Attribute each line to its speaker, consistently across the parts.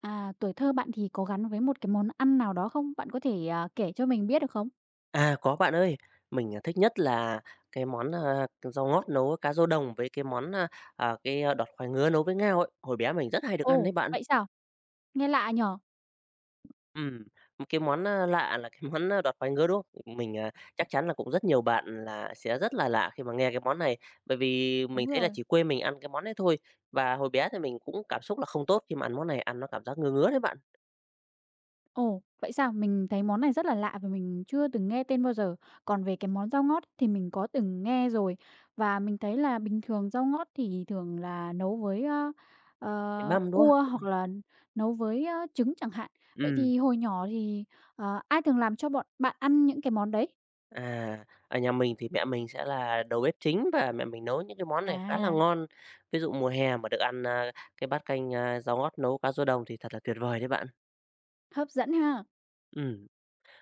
Speaker 1: Tuổi thơ bạn thì có gắn với một cái món ăn nào đó không? Bạn có thể, kể cho mình biết được không?
Speaker 2: À, có bạn ơi. Mình thích nhất là cái món rau ngót nấu với cá rô đồng với cái món, a, à, cái, a, đọt khoai ngứa nấu với ngao ấy. Hồi bé mình rất hay được ăn
Speaker 1: Ồ,
Speaker 2: đấy bạn.
Speaker 1: vậy sao? Nghe lạ nhỉ?
Speaker 2: Ừm, Một cái món lạ là cái món đọt khoai ngứa, đúng không? Mình chắc chắn là cũng rất nhiều bạn là sẽ rất là lạ khi mà nghe cái món này, bởi vì
Speaker 1: Đúng
Speaker 2: mình thấy là
Speaker 1: rồi.
Speaker 2: chỉ quê mình ăn cái món đấy thôi. Và hồi bé thì mình cũng cảm xúc là không tốt khi mà ăn món này, ăn nó cảm giác ngứa ngứa đấy bạn,
Speaker 1: Ồ, vậy sao? Mình thấy món này rất là lạ và mình chưa từng nghe tên bao giờ. Còn về cái món rau ngót thì mình có từng nghe rồi, và mình thấy là bình thường rau ngót thì thường là nấu với,
Speaker 2: bị băm, đúng
Speaker 1: cua
Speaker 2: không?
Speaker 1: hoặc là nấu với, trứng chẳng hạn. Vậy
Speaker 2: Ừm.
Speaker 1: thì hồi nhỏ thì, ai thường làm cho bọn bạn ăn những cái món đấy?
Speaker 2: À, ở nhà mình thì mẹ mình sẽ là đầu bếp chính và mẹ mình nấu những cái món này khá là
Speaker 1: À,
Speaker 2: ngon. Ví dụ mùa hè mà được ăn cái bát canh rau ngót nấu cá rô đồng thì thật là tuyệt vời đấy bạn.
Speaker 1: hấp dẫn ha!
Speaker 2: Ừm,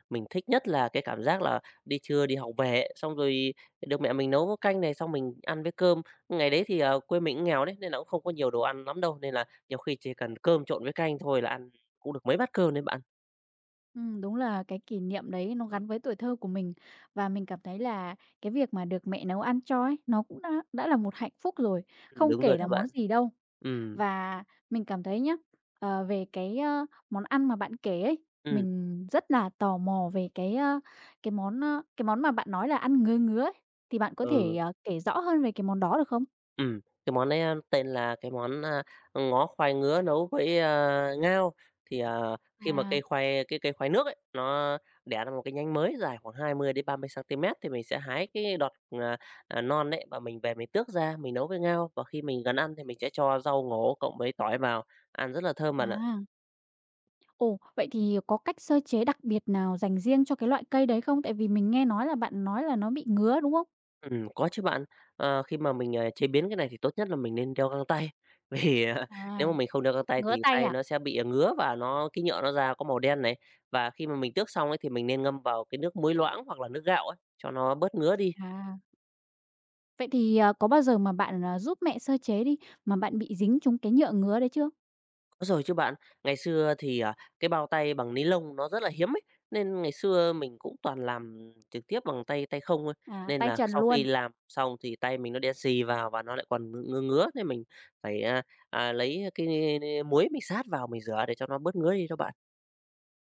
Speaker 2: mình thích nhất là cái cảm giác là đi trưa đi học về ấy, xong rồi được mẹ mình nấu cái canh này xong mình ăn với cơm. Ngày đấy thì quê mình cũng nghèo đấy, nên là cũng không có nhiều đồ ăn lắm đâu, nên là nhiều khi chỉ cần cơm trộn với canh thôi là ăn cũng được mấy bát cơm đấy bạn.
Speaker 1: Đúng là cái kỷ niệm đấy nó gắn với tuổi thơ của mình và mình cảm thấy là cái việc mà được mẹ nấu ăn cho ấy, nó cũng đã là một hạnh phúc rồi, không
Speaker 2: Đúng rồi
Speaker 1: kể là
Speaker 2: đó
Speaker 1: món
Speaker 2: bạn.
Speaker 1: gì đâu.
Speaker 2: Ừm,
Speaker 1: Và mình cảm thấy nhá, về cái, món ăn mà bạn kể ấy,
Speaker 2: ừm,
Speaker 1: mình rất là tò mò về cái, cái món mà bạn nói là ăn ngứa ngứa ấy, thì bạn có thể,
Speaker 2: ừ.
Speaker 1: kể rõ hơn về cái món đó được không?
Speaker 2: Ừm, cái món đấy tên là cái món ngó khoai ngứa nấu với ngao. Thì khi mà
Speaker 1: À,
Speaker 2: cây khoai cái cây khoai nước ấy, nó đẻ ra một cái nhánh mới dài khoảng 20 đến 30 cm thì mình sẽ hái cái đọt non đấy và mình về mình tước ra, mình nấu với ngao. Và khi mình gần ăn thì mình sẽ cho rau ngổ cộng với tỏi vào, ăn rất là thơm bạn ạ.
Speaker 1: à. Ồ, vậy thì có cách sơ chế đặc biệt nào dành riêng cho cái loại cây đấy không? Tại vì mình nghe nói là bạn nói là nó bị ngứa, đúng không?
Speaker 2: Có chứ bạn. Khi mà mình chế biến cái này thì tốt nhất là mình nên đeo găng tay, vì nếu
Speaker 1: À,
Speaker 2: mà mình không đeo găng tay
Speaker 1: ngứa
Speaker 2: thì
Speaker 1: tay
Speaker 2: tay
Speaker 1: à?
Speaker 2: nó sẽ bị ngứa và cái nhựa nó ra có màu đen này. Và khi mà mình tước xong ấy thì mình nên ngâm vào cái nước muối loãng hoặc là nước gạo ấy, cho nó bớt ngứa đi.
Speaker 1: À, vậy thì, có bao giờ mà bạn, giúp mẹ sơ chế đi, mà bạn bị dính trúng cái nhựa ngứa đấy chưa?
Speaker 2: Có rồi chứ bạn, ngày xưa thì cái bao tay bằng ni lông nó rất là hiếm ấy, nên ngày xưa mình cũng toàn làm trực tiếp bằng tay tay không thôi.
Speaker 1: À,
Speaker 2: Nên
Speaker 1: tay
Speaker 2: là
Speaker 1: trần
Speaker 2: sau khi
Speaker 1: luôn.
Speaker 2: làm xong thì tay mình nó đen xì vào và nó lại còn ngứa ngứa nên mình phải lấy cái muối mình sát vào mình rửa để cho nó bớt ngứa đi đó bạn.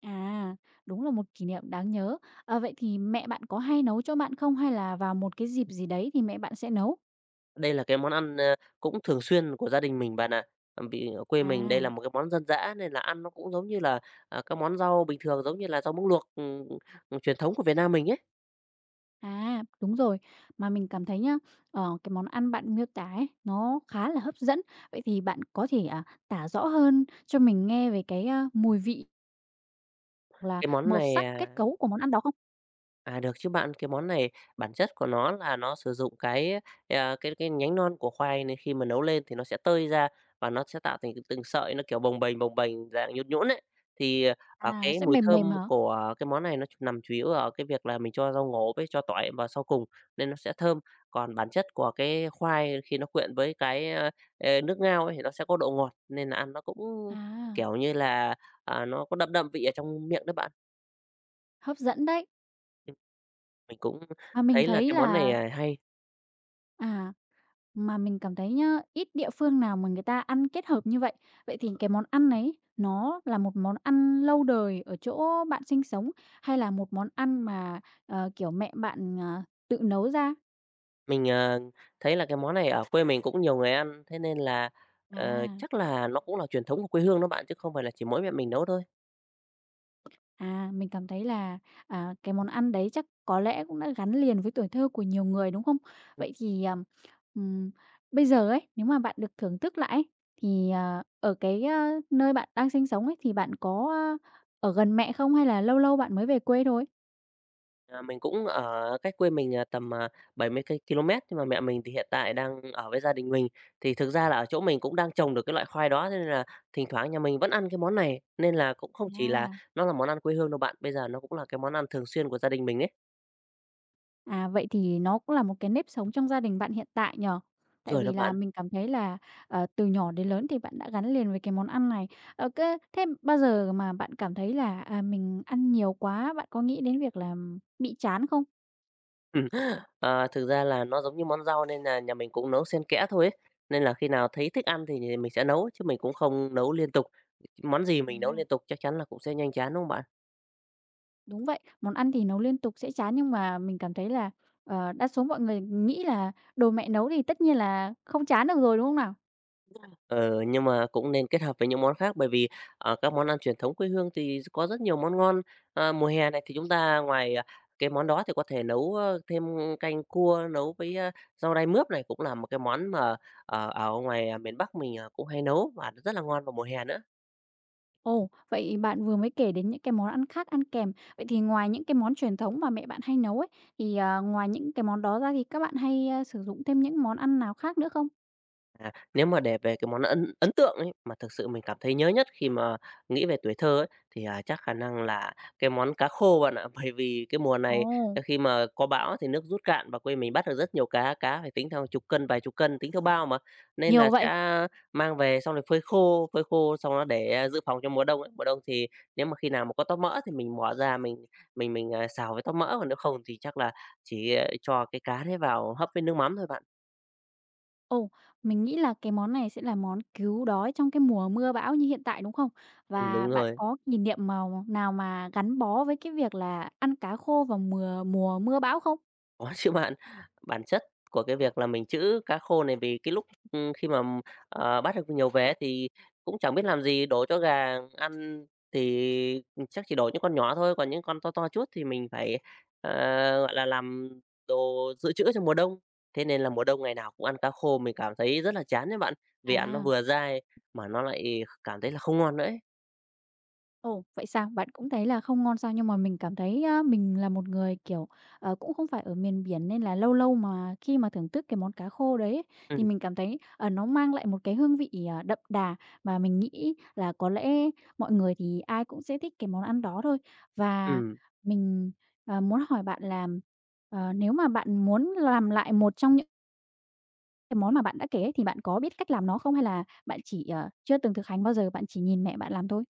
Speaker 1: À, đúng là một kỷ niệm đáng nhớ. Ờ, vậy thì mẹ bạn có hay nấu cho bạn không? Hay là vào một cái dịp gì đấy thì mẹ bạn sẽ nấu?
Speaker 2: Đây là cái món ăn cũng thường xuyên của gia đình mình bạn ạ. Vì ở quê mình đây
Speaker 1: À.
Speaker 2: là một cái món dân dã nên là ăn nó cũng giống như là các món rau bình thường, giống như là rau muống luộc truyền thống của Việt Nam mình ấy.
Speaker 1: À, đúng rồi. Mà mình cảm thấy nhá, cái món ăn bạn miêu tả ấy, nó khá là hấp dẫn. Vậy thì bạn có thể, tả rõ hơn cho mình nghe về cái, mùi vị hoặc là
Speaker 2: Cái món
Speaker 1: màu
Speaker 2: này
Speaker 1: sắc,
Speaker 2: à?
Speaker 1: kết cấu của món ăn đó không?
Speaker 2: À, được chứ bạn. Cái món này bản chất của nó là nó sử dụng cái, à, cái cái nhánh non của khoai nên khi mà nấu lên thì nó sẽ tơi ra và nó sẽ tạo thành từng sợi nó, kiểu, bồng bềnh dạng nhũn nhũn ấy. Thì
Speaker 1: À, nó
Speaker 2: cái
Speaker 1: sẽ
Speaker 2: mùi
Speaker 1: mềm mềm
Speaker 2: thơm
Speaker 1: hả?
Speaker 2: của cái món này nó nằm chủ yếu ở cái việc là mình cho rau ngổ với cho tỏi vào sau cùng nên nó sẽ thơm. Còn bản chất của cái khoai khi nó quyện với nước ngao ấy thì nó sẽ có độ ngọt nên là ăn nó cũng,
Speaker 1: À,
Speaker 2: kiểu như là nó có đậm đậm vị ở trong miệng đó bạn.
Speaker 1: hấp dẫn đấy.
Speaker 2: Ừm. Mình cũng
Speaker 1: Mà mình
Speaker 2: thấy là
Speaker 1: thấy
Speaker 2: cái món này
Speaker 1: là
Speaker 2: hay.
Speaker 1: à. Mà mình cảm thấy nhá, ít địa phương nào mà người ta ăn kết hợp như vậy. Vậy thì cái món ăn này nó là một món ăn lâu đời ở chỗ bạn sinh sống hay là một món ăn mà, kiểu, mẹ bạn, tự nấu ra?
Speaker 2: Mình thấy là cái món này ở quê mình cũng nhiều người ăn, thế nên là
Speaker 1: À.
Speaker 2: chắc là nó cũng là truyền thống của quê hương đó bạn, chứ không phải là chỉ mỗi mẹ mình nấu thôi.
Speaker 1: À, mình cảm thấy là, cái món ăn đấy chắc có lẽ cũng đã gắn liền với tuổi thơ của nhiều người, đúng không?
Speaker 2: Ừm,
Speaker 1: Vậy thì, ừm, bây giờ ấy, nếu mà bạn được thưởng thức lại ấy, thì, ở cái, nơi bạn đang sinh sống ấy, thì bạn có, ở gần mẹ không hay là lâu lâu bạn mới về quê thôi?
Speaker 2: mình cũng ở cách quê mình tầm 70 km, nhưng mà mẹ mình thì hiện tại đang ở với gia đình mình. Thì thực ra là ở chỗ mình cũng đang trồng được cái loại khoai đó, thế nên là thỉnh thoảng nhà mình vẫn ăn cái món này, nên là cũng không chỉ là
Speaker 1: À.
Speaker 2: nó là món ăn quê hương đâu bạn, bây giờ nó cũng là cái món ăn thường xuyên của gia đình mình ấy.
Speaker 1: À, vậy thì nó cũng là một cái nếp sống trong gia đình bạn hiện tại nhỉ? Tại
Speaker 2: Rồi đó
Speaker 1: vì là
Speaker 2: bạn.
Speaker 1: mình cảm thấy là, từ nhỏ đến lớn thì bạn đã gắn liền với cái món ăn này. Ờ, cái thế bao giờ mà bạn cảm thấy là, mình ăn nhiều quá, bạn có nghĩ đến việc là bị chán không?
Speaker 2: Ừm, Thực ra là nó giống như món rau nên nhà mình cũng nấu xen kẽ thôi ấy. Nên là khi nào thấy thích ăn thì mình sẽ nấu, chứ mình cũng không nấu liên tục. Món gì mình nấu
Speaker 1: À.
Speaker 2: liên tục chắc chắn là cũng sẽ nhanh chán, đúng không bạn?
Speaker 1: Đúng vậy, món ăn thì nấu liên tục sẽ chán nhưng mà mình cảm thấy là, đa số mọi người nghĩ là đồ mẹ nấu thì tất nhiên là không chán được rồi, đúng không nào?
Speaker 2: Ờ, nhưng mà cũng nên kết hợp với những món khác, bởi vì các món ăn truyền thống quê hương thì có rất nhiều món ngon. Mùa hè này thì chúng ta ngoài cái món đó thì có thể nấu thêm canh cua, nấu với rau đay mướp này cũng là một cái món mà ở ngoài miền Bắc mình cũng hay nấu và rất là ngon vào mùa hè nữa.
Speaker 1: Ồ, vậy bạn vừa mới kể đến những cái món ăn khác ăn kèm. Vậy thì ngoài những cái món truyền thống mà mẹ bạn hay nấu ấy, thì, ngoài những cái món đó ra thì các bạn hay, sử dụng thêm những món ăn nào khác nữa không?
Speaker 2: À, nếu mà để về cái món ấn ấn tượng ấy, mà thực sự mình cảm thấy nhớ nhất khi mà nghĩ về tuổi thơ ấy, thì chắc khả năng là cái món cá khô bạn ạ. Bởi vì cái mùa này
Speaker 1: Ồ,
Speaker 2: khi mà có bão thì nước rút cạn và quê mình bắt được rất nhiều cá, cá phải tính theo chục cân, vài chục cân, tính theo bao mà, nên
Speaker 1: nhiều
Speaker 2: là sẽ
Speaker 1: vậy.
Speaker 2: mang về xong rồi phơi khô xong nó để dự phòng cho mùa đông ấy. Mùa đông thì nếu mà khi nào mà có tóp mỡ thì mình bỏ ra mình xào với tóp mỡ, còn nếu không thì chắc là chỉ cho cái cá đấy vào hấp với nước mắm thôi bạn.
Speaker 1: Ồ, mình nghĩ là cái món này sẽ là món cứu đói trong cái mùa mưa bão như hiện tại, đúng không? Và
Speaker 2: Đúng
Speaker 1: bạn
Speaker 2: rồi.
Speaker 1: có kỷ niệm mào nào mà gắn bó với cái việc là ăn cá khô vào mùa mùa mưa bão không?
Speaker 2: Có chứ bạn. Bản chất của cái việc là mình trữ cá khô này vì cái lúc khi mà bắt được nhiều vé thì cũng chẳng biết làm gì, đổ cho gà ăn thì, chắc chỉ đổ những con nhỏ thôi, còn những con to to chút thì mình phải, ờ, gọi là, làm đồ dự trữ cho mùa đông. Thế nên là mùa đông ngày nào cũng ăn cá khô mình cảm thấy rất là chán đấy bạn, vì ăn nó
Speaker 1: À.
Speaker 2: vừa dai mà nó lại cảm thấy là không ngon nữa ấy.
Speaker 1: Ồ, vậy sao? Bạn cũng thấy là không ngon sao? Nhưng mà mình cảm thấy á, mình là một người, kiểu, cũng không phải ở miền biển nên là lâu lâu mà khi mà thưởng thức cái món cá khô đấy ấy, thì
Speaker 2: Ừm,
Speaker 1: mình cảm thấy, nó mang lại một cái hương vị, đậm đà mà mình nghĩ là có lẽ mọi người thì ai cũng sẽ thích cái món ăn đó thôi. Và
Speaker 2: ừm.
Speaker 1: mình, muốn hỏi bạn là, nếu mà bạn muốn làm lại một trong những cái món mà bạn đã kể ấy, thì bạn có biết cách làm nó không? Hay là bạn chỉ, chưa từng thực hành bao giờ, bạn chỉ nhìn mẹ bạn làm thôi?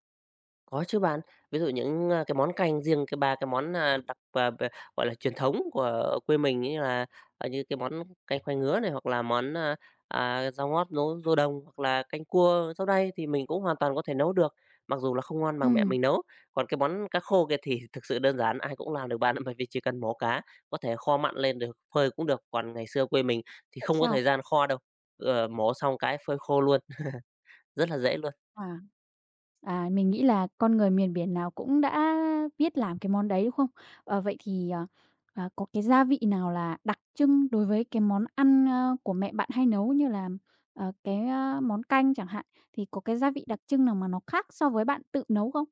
Speaker 2: Có chứ bạn. Ví dụ những cái món canh riêng cái ba cái món, à, đặc à, b gọi là, truyền thống của quê mình như là như cái món canh khoai ngứa này, hoặc là món rau ngót nấu rô đồng, hoặc là canh cua rau đay thì mình cũng hoàn toàn có thể nấu được, mặc dù là không ngon bằng mẹ
Speaker 1: Ừ
Speaker 2: mình nấu. Còn cái món cá khô kia thì thực sự đơn giản, ai cũng làm được bạn ạ, bởi vì chỉ cần mổ cá, có thể kho mặn lên được, phơi cũng được. Còn ngày xưa quê mình thì
Speaker 1: vậy
Speaker 2: không có
Speaker 1: sao?
Speaker 2: thời gian kho đâu, mổ xong cái phơi khô luôn, rất là dễ luôn.
Speaker 1: À. À, mình nghĩ là con người miền biển nào cũng đã biết làm cái món đấy, đúng không? Vậy thì, có cái gia vị nào là đặc trưng đối với cái món ăn, của mẹ bạn hay nấu như là, cái, món canh chẳng hạn, thì có cái gia vị đặc trưng nào mà nó khác so với bạn tự nấu không?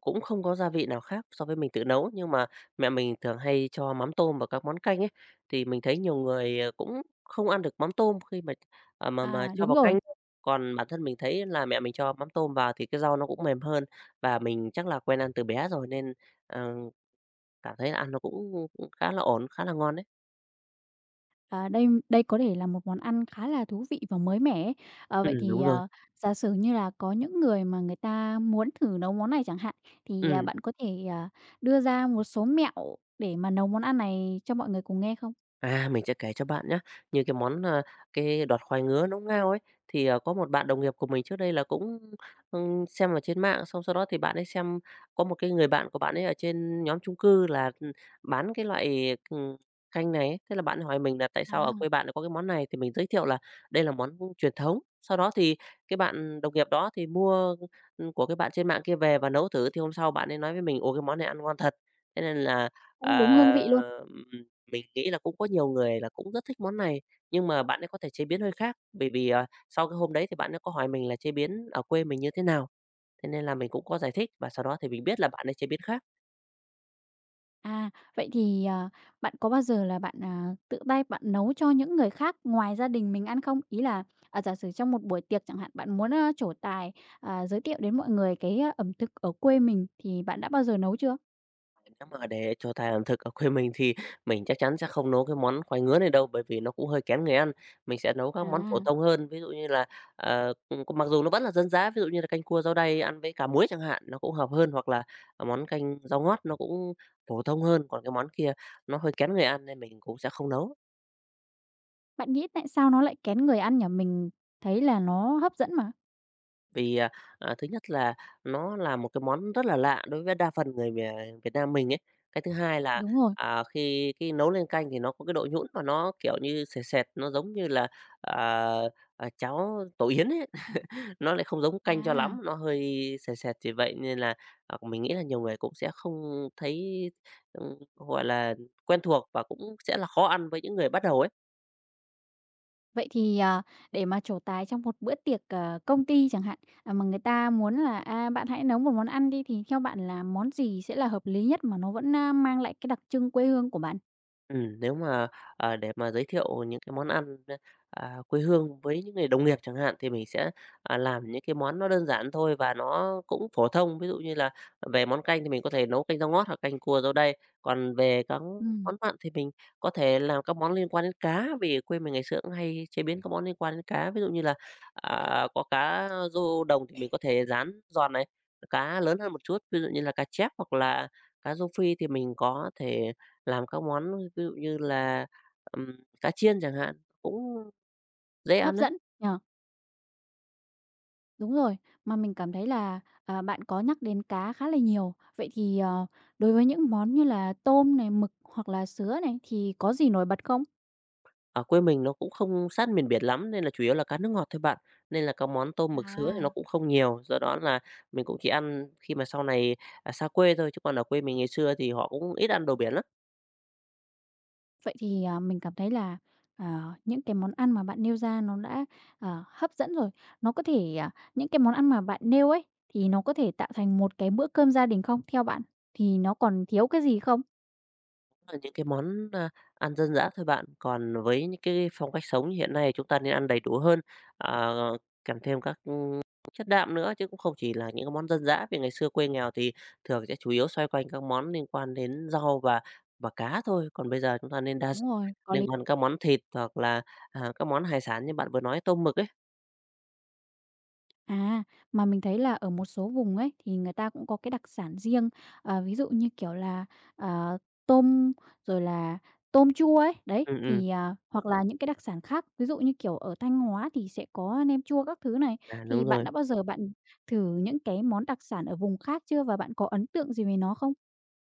Speaker 2: Cũng không có gia vị nào khác so với mình tự nấu, nhưng mà mẹ mình thường hay cho mắm tôm vào các món canh ấy, thì mình thấy nhiều người cũng không ăn được mắm tôm khi mà
Speaker 1: À,
Speaker 2: cho
Speaker 1: đúng
Speaker 2: vào
Speaker 1: rồi.
Speaker 2: canh. Còn bản thân mình thấy là mẹ mình cho mắm tôm vào thì cái rau nó cũng mềm hơn, và mình chắc là quen ăn từ bé rồi nên, ờ, cảm thấy là ăn nó cũng cũng khá là ổn, khá là ngon đấy.
Speaker 1: À, đây đây có thể là một món ăn khá là thú vị và mới mẻ ấy. Ờ, vậy thì,
Speaker 2: Đúng rồi.
Speaker 1: ờ, giả sử như là có những người mà người ta muốn thử nấu món này chẳng hạn, thì,
Speaker 2: Ừm.
Speaker 1: bạn có thể, đưa ra một số mẹo để mà nấu món ăn này cho mọi người cùng nghe không?
Speaker 2: À, mình sẽ kể cho bạn nhé. Như cái món cái đọt khoai ngứa nấu ngao ấy, thì có một bạn đồng nghiệp của mình trước đây là cũng xem ở trên mạng, xong sau đó thì bạn ấy xem có một cái người bạn của bạn ấy ở trên nhóm chung cư là bán cái loại canh này ấy. Thế là bạn ấy hỏi mình là "Tại sao
Speaker 1: À,
Speaker 2: ở quê bạn lại có cái món này?" Thì mình giới thiệu là đây là món truyền thống. Sau đó thì cái bạn đồng nghiệp đó thì mua, của cái bạn trên mạng kia về và nấu thử, thì hôm sau bạn ấy nói với mình: "Ồ, cái món này ăn ngon thật." Thế nên là,
Speaker 1: cũng đúng
Speaker 2: à,
Speaker 1: hương vị luôn.
Speaker 2: mình nghĩ là cũng có nhiều người là cũng rất thích món này, nhưng mà bạn ấy có thể chế biến hơi khác, bởi vì, sau cái hôm đấy thì bạn ấy có hỏi mình là chế biến ở quê mình như thế nào, thế nên là mình cũng có giải thích và sau đó thì mình biết là bạn ấy chế biến khác.
Speaker 1: À, vậy thì, bạn có bao giờ là bạn, tự tay bạn nấu cho những người khác ngoài gia đình mình ăn không? Ý là, giả sử trong một buổi tiệc chẳng hạn, bạn muốn, trổ tài, giới thiệu đến mọi người cái à, ẩm thực ở quê mình thì bạn đã bao giờ nấu chưa?
Speaker 2: Nếu mà để cho thai làm thực ở quê mình thì mình chắc chắn sẽ không nấu cái món khoai ngứa này đâu, bởi vì nó cũng hơi kén người ăn. Mình sẽ nấu các
Speaker 1: À,
Speaker 2: món phổ thông hơn, ví dụ như là, mặc dù nó vẫn là dân dã, ví dụ như là canh cua rau đay ăn với cà muối chẳng hạn, nó cũng hợp hơn, hoặc là, món canh rau ngót nó cũng phổ thông hơn, còn cái món kia nó hơi kén người ăn nên mình cũng sẽ không nấu.
Speaker 1: bạn nghĩ tại sao nó lại kén người ăn nhỉ? Mình thấy là nó hấp dẫn mà.
Speaker 2: Vì, thứ nhất là nó là một cái món rất là lạ đối với đa phần người Việt Việt Nam mình ấy. Cái thứ hai là,
Speaker 1: Đúng rồi.
Speaker 2: khi khi nấu lên canh thì nó có cái độ nhũn và nó, kiểu như, sệt sệt, nó giống như là, à, cháo tổ yến ấy, nó lại không giống canh cho
Speaker 1: À,
Speaker 2: lắm, nó hơi sệt sệt. Vì vậy nên là, mình nghĩ là nhiều người cũng sẽ không thấy, gọi là, quen thuộc và cũng sẽ là khó ăn với những người bắt đầu ấy.
Speaker 1: vậy thì, để mà trổ tài trong một bữa tiệc, công ty chẳng hạn, mà người ta muốn là, bạn hãy nấu một món ăn đi, thì theo bạn là món gì sẽ là hợp lý nhất mà nó vẫn, mang lại cái đặc trưng quê hương của bạn?
Speaker 2: Nếu mà, để mà giới thiệu những cái món ăn, quê hương với những người đồng nghiệp chẳng hạn, thì mình sẽ, làm những cái món nó đơn giản thôi và nó cũng phổ thông. Ví dụ như là về món canh thì mình có thể nấu canh rau ngót hoặc canh cua rau đay, còn về các
Speaker 1: Ừm.
Speaker 2: món mặn thì mình có thể làm các món liên quan đến cá, vì quê mình ngày xưa cũng hay chế biến các món liên quan đến cá. Ví dụ như là, có cá rô đồng thì mình có thể rán giòn này, cá lớn hơn một chút, ví dụ như là cá chép hoặc là cá rô phi thì mình có thể làm các món ví dụ như là, cá chiên chẳng hạn, cũng dễ
Speaker 1: Hấp
Speaker 2: ăn đấy.
Speaker 1: dẫn nhỉ? Đúng rồi, mà mình cảm thấy là, bạn có nhắc đến cá khá là nhiều. Vậy thì, đối với những món như là tôm này, mực hoặc là sứa này thì có gì nổi bật không?
Speaker 2: Ở quê mình nó cũng không sát miền biển lắm nên là chủ yếu là cá nước ngọt thôi bạn, nên là các món tôm mực sứa thì
Speaker 1: À.
Speaker 2: nó cũng không nhiều, do đó là mình cũng chỉ ăn khi mà sau này, xa quê thôi, chứ còn ở quê mình ngày xưa thì họ cũng ít ăn đồ biển lắm.
Speaker 1: Vậy thì, mình cảm thấy là, những cái món ăn mà bạn nêu ra nó đã, hấp dẫn rồi. Nó có thể, à những cái món ăn mà bạn nêu ấy, thì nó có thể tạo thành một cái bữa cơm gia đình không, theo bạn? Thì nó còn thiếu cái gì không?
Speaker 2: Là những cái món, ăn dân dã thôi bạn, còn với những cái phong cách sống như hiện nay chúng ta nên ăn đầy đủ hơn, à, kèm thêm các, chất đạm nữa chứ cũng không chỉ là những cái món dân dã. Vì ngày xưa quê nghèo thì thường sẽ chủ yếu xoay quanh các món liên quan đến rau và cá thôi, còn bây giờ chúng ta nên đa
Speaker 1: Đúng
Speaker 2: dạng
Speaker 1: rồi, có
Speaker 2: liên
Speaker 1: lý.
Speaker 2: quan các món thịt hoặc là, các món hải sản như bạn vừa nói, tôm mực ấy.
Speaker 1: À, mà mình thấy là ở một số vùng ấy thì người ta cũng có cái đặc sản riêng, ví dụ như, kiểu là, ờ, tôm, rồi là tôm chua ấy, đấy,
Speaker 2: Ừm, ừm,
Speaker 1: thì, à hoặc là những cái đặc sản khác, ví dụ như, kiểu, ở Thanh Hóa thì sẽ có nem chua các thứ này.
Speaker 2: à,
Speaker 1: Thì
Speaker 2: đúng
Speaker 1: bạn
Speaker 2: rồi.
Speaker 1: đã bao giờ bạn thử những cái món đặc sản ở vùng khác chưa và bạn có ấn tượng gì về nó không?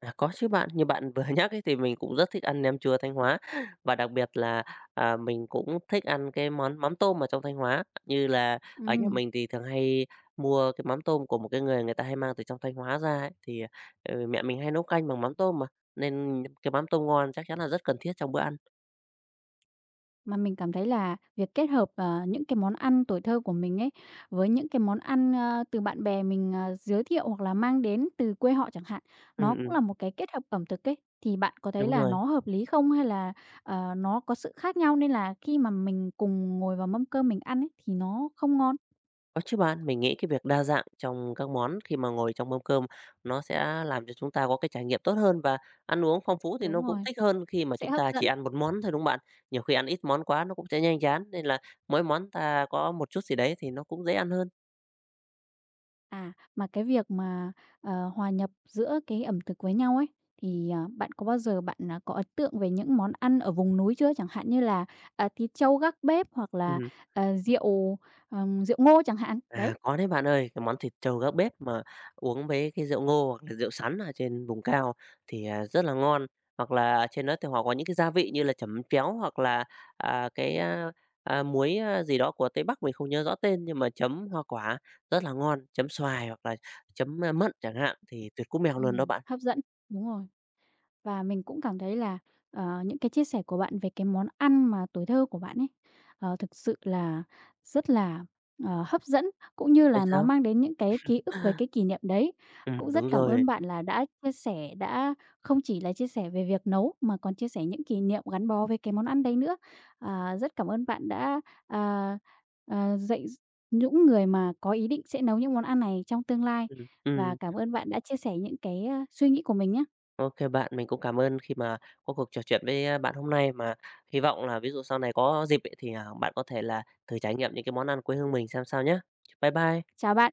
Speaker 2: À, có chứ bạn, như bạn vừa nhắc ấy thì mình cũng rất thích ăn nem chua Thanh Hóa và đặc biệt là, mình cũng thích ăn cái món mắm tôm ở trong Thanh Hóa. Như là ở nhà
Speaker 1: Ừm.
Speaker 2: mình thì thường hay mua cái mắm tôm của một cái người người ta hay mang từ trong Thanh Hóa ra ấy, thì, ừ, mẹ mình hay nấu canh bằng mắm tôm mà, nên cái mắm tôm ngon chắc chắn là rất cần thiết trong bữa ăn.
Speaker 1: Mà mình cảm thấy là việc kết hợp, những cái món ăn tuổi thơ của mình ấy, với những cái món ăn, từ bạn bè mình, giới thiệu hoặc là mang đến từ quê họ chẳng hạn, nó
Speaker 2: Ừm,
Speaker 1: cũng
Speaker 2: ừm,
Speaker 1: là một cái kết hợp ẩm thực ấy, thì bạn có thấy
Speaker 2: đúng
Speaker 1: là
Speaker 2: rồi.
Speaker 1: nó hợp lý không? Hay là, nó có sự khác nhau nên là khi mà mình cùng ngồi vào mâm cơm mình ăn ấy, thì nó không ngon?
Speaker 2: Có chứ bạn, mình nghĩ cái việc đa dạng trong các món khi mà ngồi trong mâm cơm nó sẽ làm cho chúng ta có cái trải nghiệm tốt hơn và ăn uống phong phú thì
Speaker 1: Đúng
Speaker 2: nó cũng
Speaker 1: rồi,
Speaker 2: thích hơn khi mà
Speaker 1: sẽ
Speaker 2: chúng
Speaker 1: hấp
Speaker 2: ta chỉ
Speaker 1: dẫn.
Speaker 2: ăn một món thôi, đúng không bạn? Nhiều khi ăn ít món quá nó cũng sẽ nhanh chán nên là mỗi món ta có một chút gì đấy thì nó cũng dễ ăn hơn.
Speaker 1: À, mà cái việc mà, hòa nhập giữa cái ẩm thực với nhau ấy, thì, bạn có bao giờ bạn, có ấn tượng về những món ăn ở vùng núi chưa? Chẳng hạn như là, thịt trâu gác bếp hoặc
Speaker 2: Ừ.
Speaker 1: là, rượu, rượu ngô chẳng hạn. Đấy.
Speaker 2: À, có đấy bạn ơi, cái món thịt trâu gác bếp mà uống với cái rượu ngô hoặc là rượu sắn ở trên vùng cao thì rất là ngon. Hoặc là trên đó thì họ có những cái gia vị như là chấm chéo hoặc là à, cái à, muối gì đó của Tây Bắc mình không nhớ rõ tên nhưng mà chấm hoa quả rất là ngon, chấm xoài hoặc là chấm mận chẳng hạn thì tuyệt cú mèo luôn đó
Speaker 1: Ừm.
Speaker 2: bạn.
Speaker 1: Hấp dẫn. Đúng rồi. Và mình cũng cảm thấy là, những cái chia sẻ của bạn về cái món ăn mà tuổi thơ của bạn ấy, thực sự là rất là, hấp dẫn, cũng như
Speaker 2: Vậy
Speaker 1: là nó
Speaker 2: sao?
Speaker 1: mang đến những cái ký ức về cái kỷ niệm đấy.
Speaker 2: Ừ,
Speaker 1: Cũng
Speaker 2: đúng
Speaker 1: rất cảm
Speaker 2: rồi.
Speaker 1: ơn bạn là đã chia sẻ, đã không chỉ là chia sẻ về việc nấu mà còn chia sẻ những kỷ niệm gắn bó với cái món ăn đấy nữa. À, rất cảm ơn bạn đã, à, dạy những người mà có ý định sẽ nấu những món ăn này trong tương lai,
Speaker 2: Ừ,
Speaker 1: và
Speaker 2: ừ.
Speaker 1: cảm ơn bạn đã chia sẻ những cái, suy nghĩ của mình nhé.
Speaker 2: OK bạn, mình cũng cảm ơn khi mà có cuộc trò chuyện với, bạn hôm nay, mà hy vọng là ví dụ sau này có dịp ấy thì, bạn có thể là thử trải nghiệm những cái món ăn quê hương mình xem sao nhé. Bye bye.
Speaker 1: Chào bạn.